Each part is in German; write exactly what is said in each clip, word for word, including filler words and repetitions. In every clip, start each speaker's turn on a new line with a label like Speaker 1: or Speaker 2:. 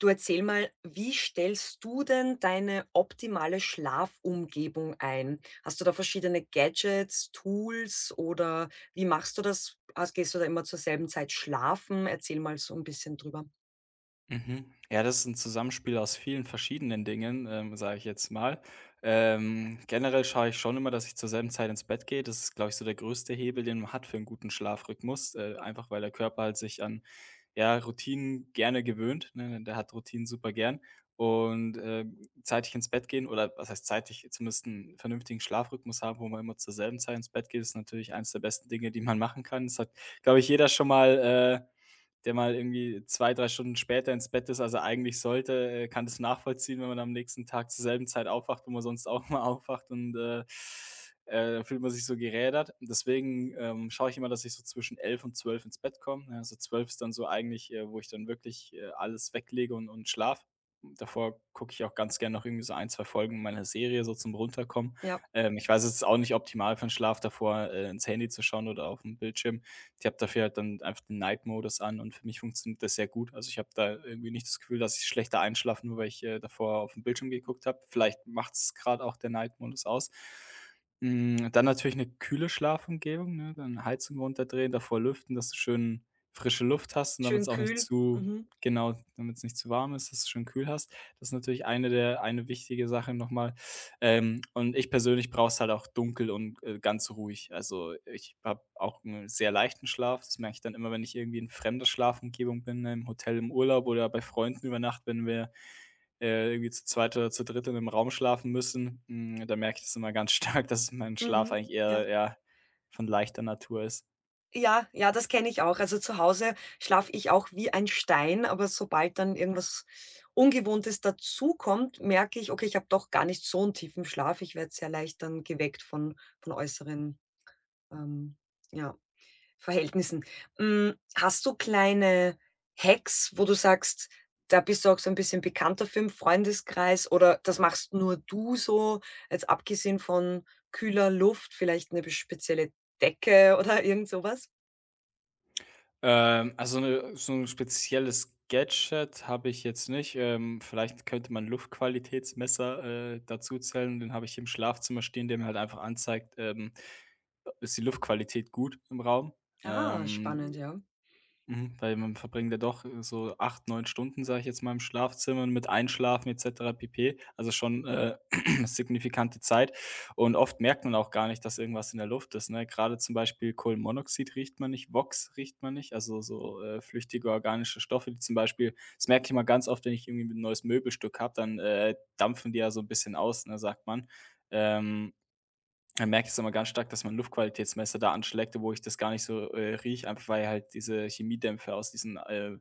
Speaker 1: Du, erzähl mal, wie stellst du denn deine optimale Schlafumgebung ein? Hast du da verschiedene Gadgets, Tools oder wie machst du das? Hast gehst du da immer zur selben Zeit schlafen? Erzähl mal so ein bisschen drüber.
Speaker 2: Mhm. Ja, das ist ein Zusammenspiel aus vielen verschiedenen Dingen, ähm, sage ich jetzt mal. Ähm, generell schaue ich schon immer, dass ich zur selben Zeit ins Bett gehe. Das ist, glaube ich, so der größte Hebel, den man hat für einen guten Schlafrhythmus, äh, einfach weil der Körper halt sich an, ja, Routinen gerne gewöhnt, ne? Der hat Routinen super gern und, ähm, zeitig ins Bett gehen oder was heißt zeitig, zumindest einen vernünftigen Schlafrhythmus haben, wo man immer zur selben Zeit ins Bett geht, ist natürlich eins der besten Dinge, die man machen kann. Das hat, glaube ich, jeder schon mal, äh der mal irgendwie zwei drei Stunden später ins Bett ist, als er eigentlich sollte, äh, kann das nachvollziehen, wenn man am nächsten Tag zur selben Zeit aufwacht, wo man sonst auch mal aufwacht und, äh, äh, dann fühlt man sich so gerädert. Deswegen, ähm, schaue ich immer, dass ich so zwischen elf und zwölf ins Bett komme, ne? Also, zwölf ist dann so eigentlich, äh, wo ich dann wirklich, äh, alles weglege und und schlafe. Davor gucke ich auch ganz gerne noch irgendwie so ein zwei Folgen meiner Serie so zum Runterkommen.
Speaker 1: Ja,
Speaker 2: Ähm, ich weiß, es ist auch nicht optimal für den Schlaf davor, äh, ins Handy zu schauen oder auf dem Bildschirm. Ich habe dafür halt dann einfach den Night-Modus an und für mich funktioniert das sehr gut. Also ich habe da irgendwie nicht das Gefühl, dass ich schlechter einschlafe, nur weil ich äh, davor auf den Bildschirm geguckt habe. Vielleicht macht es gerade auch der Night-Modus aus. Mm, Dann natürlich eine kühle Schlafumgebung, ne? Dann Heizung runterdrehen, davor lüften, dass du schön frische Luft hast und damit es
Speaker 1: schön
Speaker 2: auch nicht
Speaker 1: kühl.
Speaker 2: zu,
Speaker 1: Mhm,
Speaker 2: genau, damit es nicht zu warm ist, dass du schön kühl hast. Das ist natürlich eine der, eine wichtige Sache nochmal, ähm, und ich persönlich brauche es halt auch dunkel und, äh, ganz ruhig. Also, ich habe auch einen sehr leichten Schlaf. Das merke ich dann immer, wenn ich irgendwie in fremder Schlafumgebung bin, ne, im Hotel, im Urlaub oder bei Freunden über Nacht, wenn wir, äh, irgendwie zu zweit oder zu dritt in 'nem Raum schlafen müssen. Hm, da merke ich das immer ganz stark, dass mein Schlaf
Speaker 1: mhm,
Speaker 2: eigentlich
Speaker 1: ja.
Speaker 2: eher, ja, von leichter Natur ist.
Speaker 1: Ja, ja, das kenne ich auch. Also, zu Hause schlafe ich auch wie ein Stein, aber sobald dann irgendwas Ungewohntes dazukommt, merke ich: „Okay, ich habe doch gar nicht so einen tiefen Schlaf.“ Ich werde sehr leicht dann geweckt von von äußeren Ähm, ja, Verhältnissen. Hm, hast du kleine Hacks, wo du sagst, da bist du auch so ein bisschen bekannter dafür im Freundeskreis oder das machst nur du so, jetzt abgesehen von kühler Luft, vielleicht eine spezielle Decke oder irgend so was?
Speaker 2: Ähm, also 'ne so ein spezielles Gadget habe ich jetzt nicht. Ähm, vielleicht könnte man Luftqualitätsmesser, äh, dazu zählen. Den habe ich hier im Schlafzimmer stehen, der mir halt einfach anzeigt, ähm, ist die Luftqualität gut im Raum?
Speaker 1: Ah,
Speaker 2: Ähm,
Speaker 1: spannend, ja.
Speaker 2: Mhm, Weil man verbringt ja doch äh, so acht neun Stunden, sage ich jetzt mal, im Schlafzimmer mit Einschlafen et cetera pp. Also schon, äh, signifikante Zeit und oft merkt man auch gar nicht, dass irgendwas in der Luft ist, ne? Gerade zum Beispiel Kohlenmonoxid riecht man nicht, Vox riecht man nicht, also so, äh, flüchtige organische Stoffe, die zum Beispiel, das merke ich immer ganz oft, wenn ich irgendwie ein neues Möbelstück habe, dann, äh, dampfen die ja so ein bisschen aus, ne, sagt man. Ähm Dann merke es immer ganz stark, dass mein Luftqualitätsmesser da anschlägt, wo ich das gar nicht so, äh, rieche, einfach weil halt diese Chemiedämpfe aus diesen, äh,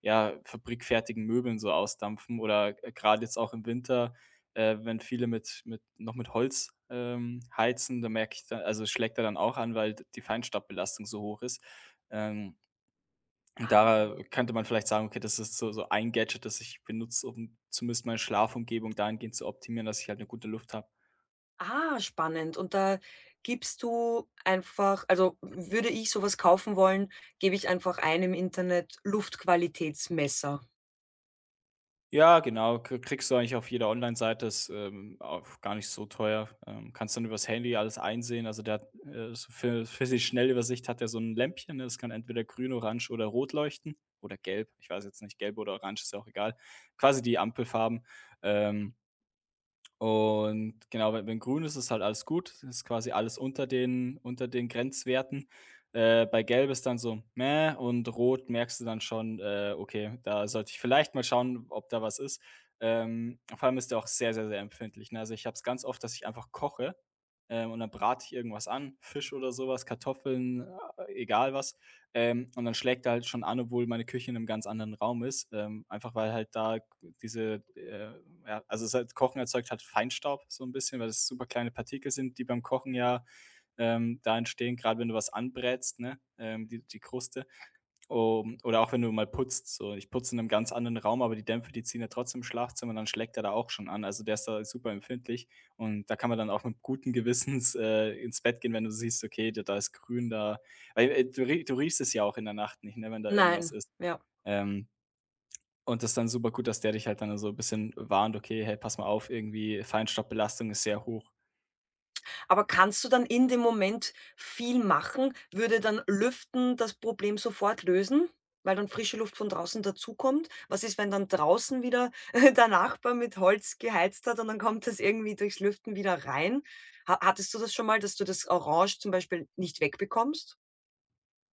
Speaker 2: ja, fabrikfertigen Möbeln so ausdampfen oder äh, gerade jetzt auch im Winter, äh, wenn viele mit mit noch mit Holz, ähm, heizen, da merke ich da, also, schlägt ja dann auch an, weil die Feinstaubbelastung so hoch ist. Ähm, und da
Speaker 1: Ah.
Speaker 2: könnte man vielleicht sagen: „Okay, das ist so so ein Gadget, das ich benutze, um zumindest meine Schlafumgebung dahingehend zu optimieren, dass ich halt eine gute Luft habe.“
Speaker 1: Ah, spannend. Und da gibst du einfach, also, würde ich sowas kaufen wollen, gebe ich einfach ein im Internet Luftqualitätsmesser.
Speaker 2: Ja, genau, k kriegst du eigentlich auf jeder Online-Seite, ist, ähm, auch gar nicht so teuer. Ähm, kannst dann übers Handy alles einsehen. Also, der hat, äh, so für für die Schnellübersicht, hat der so ein Lämpchen, ne? Das kann entweder grün, orange oder rot leuchten oder gelb. Ich weiß jetzt nicht, gelb oder orange, ist ja auch egal. Quasi die Ampelfarben. Ähm, und genau, wenn wenn grün ist, ist halt alles gut. Es ist quasi alles unter den unter den Grenzwerten. Äh, bei gelb ist dann so: „Mäh“, und rot merkst du dann schon, äh, okay, da sollte ich vielleicht mal schauen, ob da was ist. Ähm, vor allem ist der auch sehr, sehr, sehr empfindlich, ne? Also, ich habe es ganz oft, dass ich einfach koche, ähm, und dann brate ich irgendwas an, Fisch oder sowas, Kartoffeln, äh, egal was. Ähm, und dann schlägt er halt schon an, obwohl meine Küche in einem ganz anderen Raum ist, ähm, einfach weil halt da diese, äh ja, also es halt, Kochen erzeugt halt Feinstaub so ein bisschen, weil es super kleine Partikel sind, die beim Kochen, ja, ähm, da entstehen, gerade wenn du was anbrätst, ne, ähm, die die Kruste. Um, oder auch wenn du mal putzt, so. Ich putze in einem ganz anderen Raum, aber die Dämpfe, die ziehen ja trotzdem im Schlafzimmer und dann schlägt er da auch schon an. Also, der ist da super empfindlich und da kann man dann auch mit gutem Gewissens, äh, ins Bett gehen, wenn du siehst, okay, da da ist grün, da, weil, äh, du rie du riechst es ja auch in der Nacht nicht, ne, wenn da irgendwas
Speaker 1: Nein,
Speaker 2: ist.
Speaker 1: ja.
Speaker 2: Ähm, und das ist dann super gut, dass der dich halt dann so ein bisschen warnt: „Okay, hey, pass mal auf, irgendwie, Feinstaubbelastung ist sehr hoch.“
Speaker 1: Aber kannst du dann in dem Moment viel machen? Würde dann Lüften das Problem sofort lösen, weil dann frische Luft von draußen dazukommt? Was ist, wenn dann draußen wieder der Nachbar mit Holz geheizt hat und dann kommt das irgendwie durchs Lüften wieder rein? Ha hattest du das schon mal, dass du das Orange zum Beispiel nicht wegbekommst?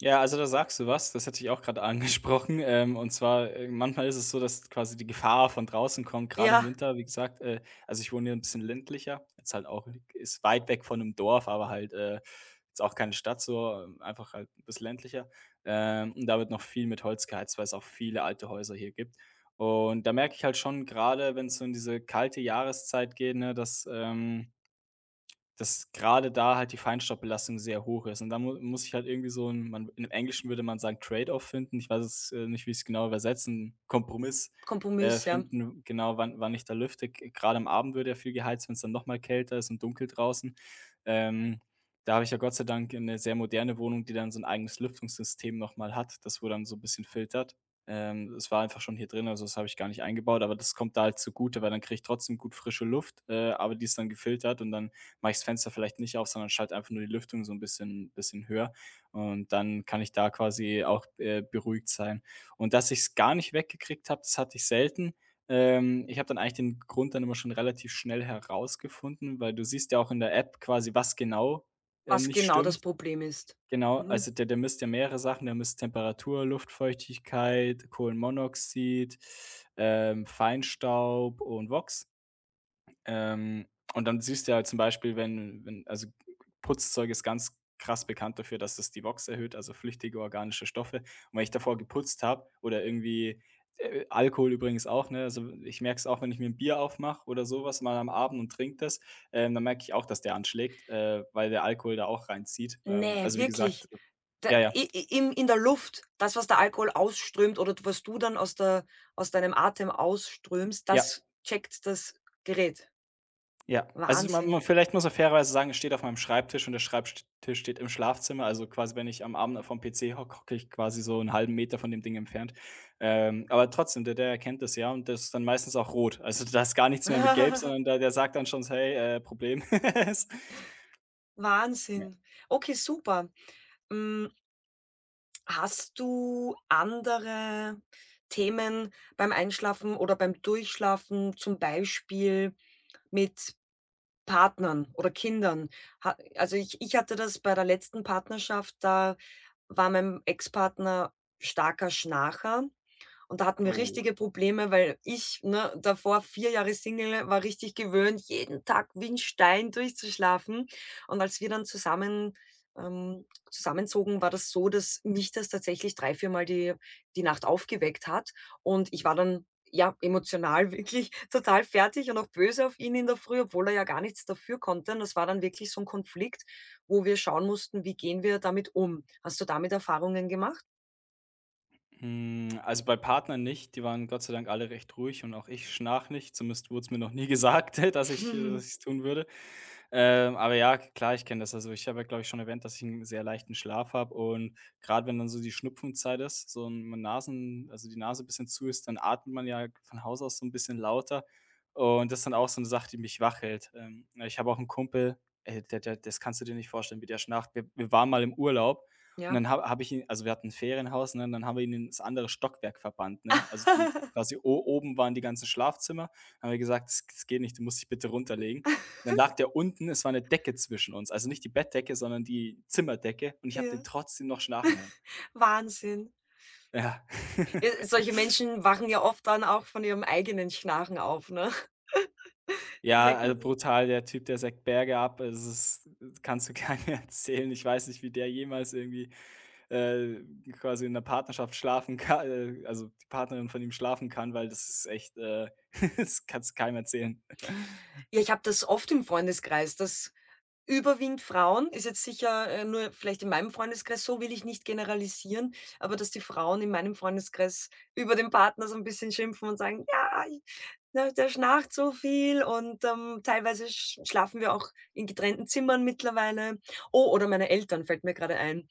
Speaker 2: Ja, also da sagst du was, das hatte ich auch gerade angesprochen. Ähm, und zwar, äh, manchmal ist es so, dass quasi die Gefahr von draußen kommt, gerade im
Speaker 1: Ja,
Speaker 2: Winter, wie gesagt, äh, also ich wohne hier ein bisschen ländlicher, jetzt halt auch, ist weit weg von einem Dorf, aber halt, äh, jetzt auch keine Stadt so, ähm, einfach halt ein bisschen ländlicher. Ähm, und da wird noch viel mit Holz geheizt, weil es auch viele alte Häuser hier gibt. Und da merke ich halt schon, gerade wenn es so in diese kalte Jahreszeit geht, ne, dass, ähm dass gerade da halt die Feinstaubbelastung sehr hoch ist. Und da mu muss ich halt irgendwie so 'n man im Englischen würde man sagen, Trade-off finden. Ich weiß es, äh, nicht, wie ich's genau übersetzen, Kompromiss, äh,
Speaker 1: Kompromiss, ja.
Speaker 2: finden, genau, wann wann ich da lüfte. G Grade am Abend wird ja viel geheizt, wenn's dann noch mal kälter ist und dunkel draußen. Ähm, Da habe ich ja Gott sei Dank 'ne sehr moderne Wohnung, die dann so 'n eigenes Lüftungssystem noch mal hat, das, wo dann so 'n bisschen filtert. Ähm, das war einfach schon hier drin, also das habe ich gar nicht eingebaut, aber das kommt da halt zugute, weil dann kriege ich trotzdem gut frische Luft, äh, aber die ist dann gefiltert und dann mache ich's Fenster vielleicht nicht auf, sondern schalte einfach nur die Lüftung so ein bisschen bisschen höher und dann kann ich da quasi auch, äh, beruhigt sein. Und dass ich's gar nicht weggekriegt habe, das hatte ich selten. Ähm, ich habe dann eigentlich den Grund dann immer schon relativ schnell herausgefunden, weil du siehst ja auch in der App quasi, was genau, ähm,
Speaker 1: Was
Speaker 2: nicht
Speaker 1: genau das
Speaker 2: stimmt.
Speaker 1: Problem ist.
Speaker 2: Genau,
Speaker 1: Mhm.
Speaker 2: also der der misst ja mehrere Sachen, der misst Temperatur, Luftfeuchtigkeit, Kohlenmonoxid, ähm, Feinstaub und Vox. Ähm, und dann siehst du ja halt zum Beispiel, wenn wenn also, Putzzeug ist ganz krass bekannt dafür, dass es die Vox erhöht, also flüchtige organische Stoffe. Und wenn ich davor geputzt habe oder irgendwie, äh, Alkohol übrigens auch, ne? Also, ich merke es auch, wenn ich mir ein Bier aufmache oder sowas mal am Abend und trinke das, ähm, dann merke ich auch, dass der anschlägt, äh, weil der Alkohol da auch reinzieht. Ähm,
Speaker 1: Ne,
Speaker 2: also, wie gesagt.
Speaker 1: wirklich? Da
Speaker 2: Ja, ja.
Speaker 1: i i in in der Luft, das, was der Alkohol ausströmt oder was du dann aus der aus deinem Atem ausströmst,
Speaker 2: Ja.
Speaker 1: das checkt das Gerät.
Speaker 2: Ja, also man man
Speaker 1: Wahnsinn.
Speaker 2: vielleicht, muss man fairerweise sagen, es steht auf meinem Schreibtisch und der Schreibtisch steht im Schlafzimmer. Also, quasi, wenn ich am Abend vorm P C hocke, hocke ich quasi so einen halben Meter von dem Ding entfernt. Ähm, aber trotzdem, der der erkennt das ja und das ist dann meistens auch rot. Also, da ist gar nichts mehr mit gelb, sondern der der sagt dann schon so: „Hey, äh, Problem.“ Ja.
Speaker 1: Wahnsinn. Okay, super. Hm, hast du andere Themen beim Einschlafen oder beim Durchschlafen, zum Beispiel mit Partnern oder Kindern? Ha also, ich ich hatte das bei der letzten Partnerschaft, da war mein Ex-Partner starker Schnarcher und da hatten wir
Speaker 2: Oh.
Speaker 1: richtige Probleme, weil ich, ne, davor vier Jahre Single, war richtig gewöhnt, jeden Tag wie 'n Stein durchzuschlafen. Und als wir dann zusammen, ähm, zusammenzogen, war das so, dass mich das tatsächlich drei, viermal die die Nacht aufgeweckt hat. Und ich war dann, ja, emotional wirklich total fertig und auch böse auf ihn in der Früh, obwohl er ja gar nichts dafür konnte. Und das war dann wirklich so 'n Konflikt, wo wir schauen mussten, wie gehen wir damit um? Hast du damit Erfahrungen gemacht?
Speaker 2: Hm, also, bei Partnern nicht. Die waren Gott sei Dank alle recht ruhig und auch ich schnarch nicht. Zumindest wurde es mir noch nie gesagt, dass ich, äh tun würde. Ähm, aber ja, klar, ich kenne das. Also, ich habe ja, glaube ich, schon erwähnt, dass ich einen sehr leichten Schlaf habe und gerade wenn dann so die Schnupfenzeit ist, so 'n Nasen also, die Nase ein bisschen zu ist, dann atmet man ja von Haus aus so ein bisschen lauter und das ist dann auch so eine Sache, die mich wach hält. Ähm, ich habe auch einen Kumpel, ey, der der das kannst du dir nicht vorstellen, wie der schnarcht. Wir wir waren mal im Urlaub und
Speaker 1: Ja.
Speaker 2: dann ha habe hab hab ich ihn also, wir hatten 'n Ferienhaus, ne, und dann haben wir ihn ins andere Stockwerk verbannt, ne? Also, die die quasi o oben waren die ganzen Schlafzimmer. Haben wir gesagt: es geht nicht, du musst dich bitte runterlegen." Dann lag der unten, es war eine Decke zwischen uns, also nicht die Bettdecke, sondern die Zimmerdecke und ich habe den
Speaker 1: Ja,
Speaker 2: trotzdem noch schnarchen hören.
Speaker 1: Wahnsinn.
Speaker 2: Ja.
Speaker 1: Äh, solche Menschen wachen ja oft dann auch von ihrem eigenen Schnarchen auf, ne? Die
Speaker 2: Ja, also
Speaker 1: wecken die.
Speaker 2: brutal, der Typ, der sägt Berge ab. Das ist das kannst du keinem erzählen. Ich weiß nicht, wie der jemals irgendwie, äh, quasi in 'ner Partnerschaft schlafen kann, äh, also die Partnerin von ihm schlafen kann, weil das ist echt, äh das kannst du keinem erzählen.
Speaker 1: Ja, ich habe das oft im Freundeskreis, dass überwiegend Frauen ist jetzt sicher, äh, nur vielleicht in meinem Freundeskreis, so will ich nicht generalisieren, aber dass die Frauen in meinem Freundeskreis über den Partner so ein bisschen schimpfen und sagen: „Ja, i ne, der schnarcht so viel“ und, ähm, teilweise sch schlafen wir auch in getrennten Zimmern mittlerweile. Oh, oder meine Eltern fällt mir gerade ein.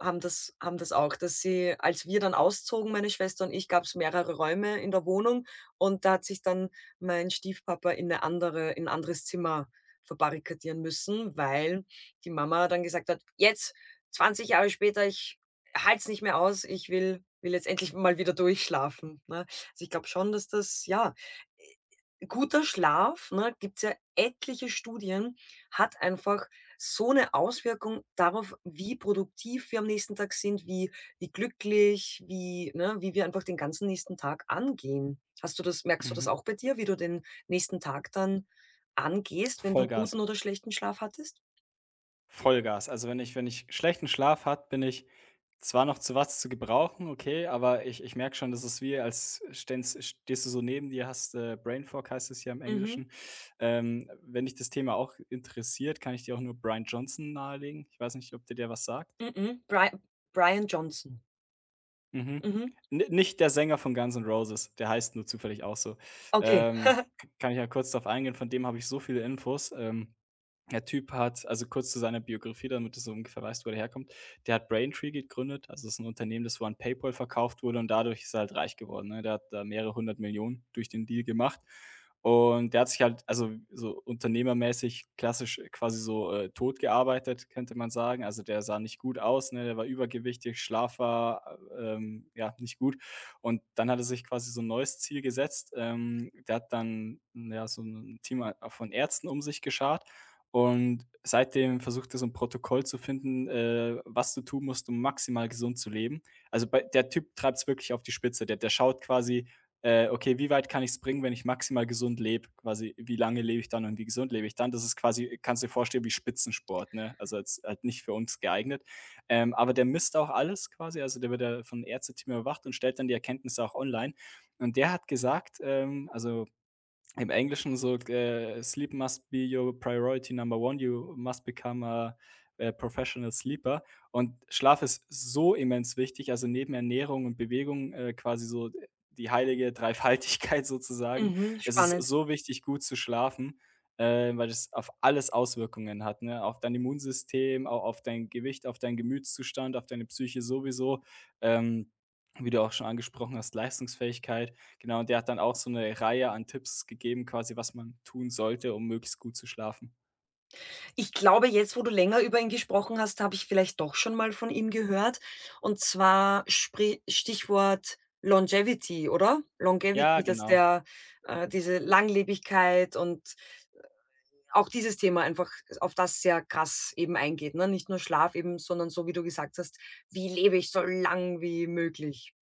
Speaker 1: haben das haben das auch, dass sie, als wir dann auszogen, meine Schwester und ich, gab es mehrere Räume in der Wohnung und da hat sich dann mein Stiefpapa in eine andere, in 'n anderes Zimmer verbarrikadieren müssen, weil die Mama dann gesagt hat: „Jetzt, zwanzig Jahre später, ich halte es nicht mehr aus, ich will will jetzt endlich mal wieder durchschlafen“, ne? Also, ich glaube schon, dass das, ja, äh, guter Schlaf, ne, gibt's ja etliche Studien, hat einfach so eine Auswirkung darauf, wie produktiv wir am nächsten Tag sind, wie, wie glücklich, wie, ne, wie wir einfach den ganzen nächsten Tag angehen. Hast du das, merkst du das
Speaker 2: Mhm.
Speaker 1: auch bei dir, wie du den nächsten Tag dann angehst, wenn du
Speaker 2: Vollgas.
Speaker 1: guten oder schlechten Schlaf hattest?
Speaker 2: Vollgas. Also, wenn ich wenn ich schlechten Schlaf hat, bin ich zwar noch zu was zu gebrauchen, okay, aber ich ich merke schon, das ist wie, als ständst stehst du so neben dir, hast, äh, Brain Fog heißt es hier im
Speaker 1: Mhm.
Speaker 2: Englischen. Ähm, wenn dich das Thema auch interessiert, kann ich dir auch nur Brian Johnson nahelegen. Ich weiß nicht, ob dir der was sagt?
Speaker 1: Mhm. Bri Brian Johnson.
Speaker 2: Mhm.
Speaker 1: Mhm.
Speaker 2: Ni Nicht der Sänger von Guns N' Roses, der heißt nur zufällig auch so.
Speaker 1: Okay.
Speaker 2: Ähm, kann ich ja kurz darauf eingehen, von dem habe ich so viele Infos. Ähm, Der Typ hat also kurz zu seiner Biografie, damit du so ungefähr weißt, wo der herkommt. Der hat Braintree gegründet, also es ist ein Unternehmen, das wohl an PayPal verkauft wurde und dadurch ist er halt reich geworden, ne? Der hat da mehrere hundert Millionen durch den Deal gemacht und der hat sich halt also so unternehmermäßig klassisch quasi so, äh, tot gearbeitet, könnte man sagen. Also, der sah nicht gut aus, ne? Der war übergewichtig, Schlaf war, äh, ähm, ja, nicht gut und dann hat er sich quasi so 'n neues Ziel gesetzt. Ähm, der hat dann, ja, so ein Team a von Ärzten um sich geschart und seitdem versucht er so ein Protokoll zu finden, äh, was du tun musst, um maximal gesund zu leben. Also, bei der Typ treibt es wirklich auf die Spitze. Der der schaut quasi, äh: „Okay, wie weit kann ich's bringen, wenn ich maximal gesund lebe?" Quasi, wie lange lebe ich dann und wie gesund lebe ich dann? Das ist quasi kannst du dir vorstellen, wie Spitzensport, ne? Also, jetzt halt nicht für uns geeignet. Ähm, aber der misst auch alles quasi. Also, der wird ja von Ärzteteam überwacht und stellt dann die Erkenntnisse auch online. Und der hat gesagt, ähm also im Englischen so, äh: „Sleep must be your priority number one. You must become a, äh, professional sleeper." Und Schlaf ist so immens wichtig, also neben Ernährung und Bewegung, äh, quasi so die heilige Dreifaltigkeit sozusagen.
Speaker 1: Mhm.
Speaker 2: Es ist
Speaker 1: Spannend.
Speaker 2: so wichtig, gut zu schlafen, äh, weil das auf alles Auswirkungen hat, ne? Auf dein Immunsystem, auch auf dein Gewicht, auf deinen Gemütszustand, auf deine Psyche sowieso, ähm, wie du auch schon angesprochen hast, Leistungsfähigkeit. Genau, und der hat dann auch so eine Reihe an Tipps gegeben quasi, was man tun sollte, um möglichst gut zu schlafen.
Speaker 1: Ich glaube, jetzt, wo du länger über ihn gesprochen hast, habe ich vielleicht doch schon mal von ihm gehört. Und zwar, spri Stichwort Longevity, oder?
Speaker 2: Ja,
Speaker 1: Longevity, dass
Speaker 2: genau.
Speaker 1: der, äh, diese Langlebigkeit und auch dieses Thema einfach, auf das sehr krass eben eingeht, ne? Nicht nur Schlaf eben, sondern so wie du gesagt hast: „Wie lebe ich so lang wie möglich?“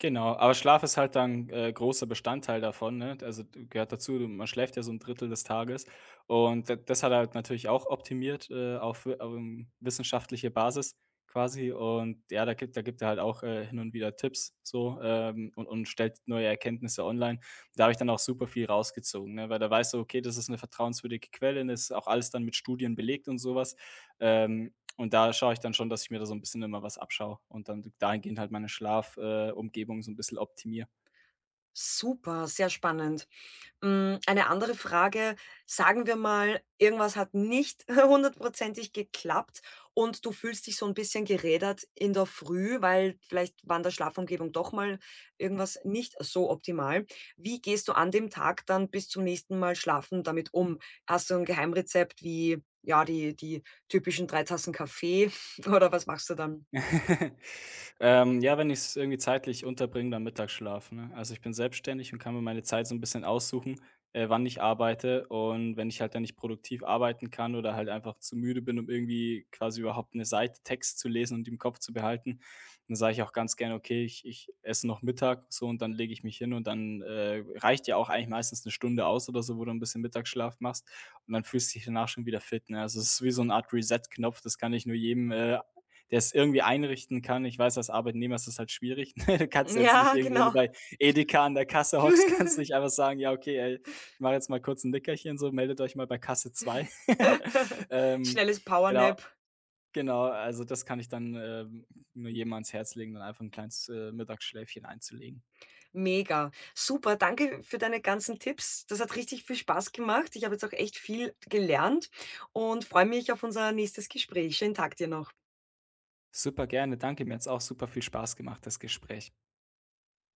Speaker 2: Genau, aber Schlaf ist halt dann, äh, großer Bestandteil davon, ne? Also, d gehört dazu, du- man schläft ja so ein Drittel des Tages und d das hat er halt natürlich auch optimiert, äh, auf, wi- auf ähm, wissenschaftliche Basis quasi und ja, da gibt da gibt er halt auch, äh, hin und wieder Tipps so, ähm, und und stellt neue Erkenntnisse online. Da habe ich dann auch super viel rausgezogen, ne, weil da weißt du, okay, das ist eine vertrauenswürdige Quelle, ne, ist auch alles dann mit Studien belegt und sowas. Ähm, und da schaue ich dann schon, dass ich mir da so ein bisschen immer was abschaue und dann dahingehend halt meine Schlafumgebung äh, Umgebung so ein bisschen optimiere.
Speaker 1: Super, sehr spannend. Hm, eine andere Frage, sagen wir mal, irgendwas hat nicht hundertprozentig geklappt und du fühlst dich so ein bisschen gerädert in der Früh, weil vielleicht war in der Schlafumgebung doch mal irgendwas nicht so optimal. Wie gehst du an dem Tag dann bis zum nächsten Mal Schlafen damit um? Hast du ein Geheimrezept wie, ja, die, die typischen drei Tassen Kaffee oder was machst du dann?
Speaker 2: Ähm, ja, wenn ich es irgendwie zeitlich unterbringe, dann Mittagsschlaf, ne? Also, ich bin selbstständig und kann mir meine Zeit so ein bisschen aussuchen, äh, wann ich arbeite. Und wenn ich halt dann nicht produktiv arbeiten kann oder halt einfach zu müde bin, um irgendwie quasi überhaupt eine Seite Text zu lesen und im Kopf zu behalten, dann sage ich auch ganz gerne: „Okay, ich ich esse noch Mittag so und dann lege ich mich hin." Und dann, äh, reicht ja auch eigentlich meistens eine Stunde aus oder so, wo du ein bisschen Mittagsschlaf machst und dann fühlst du dich danach schon wieder fit, ne? Also, es ist wie so 'ne Art Reset-Knopf, das kann ich nur jedem, äh, der es irgendwie einrichten kann. Ich weiß, als Arbeitnehmer ist das halt schwierig. Ne? Du kannst jetzt nicht
Speaker 1: Ja,
Speaker 2: irgendwie, wenn du
Speaker 1: genau.
Speaker 2: bei Edeka an der Kasse hockst, kannst du nicht einfach sagen: „Ja, okay, ey, ich mache jetzt mal kurz ein Nickerchen so, meldet euch mal bei Kasse zwei." Ähm,
Speaker 1: Schnelles
Speaker 2: genau,
Speaker 1: Powernap.
Speaker 2: genau, also das kann ich dann, ähm, nur jedem ans Herz legen, dann einfach ein kleines, äh, Mittagsschläfchen einzulegen.
Speaker 1: Mega. Super, danke für deine ganzen Tipps. Das hat richtig viel Spaß gemacht. Ich habe jetzt auch echt viel gelernt und freue mich auf unser nächstes Gespräch. Schönen Tag dir noch.
Speaker 2: Super gerne, danke. Mir hat's auch super viel Spaß gemacht, das Gespräch.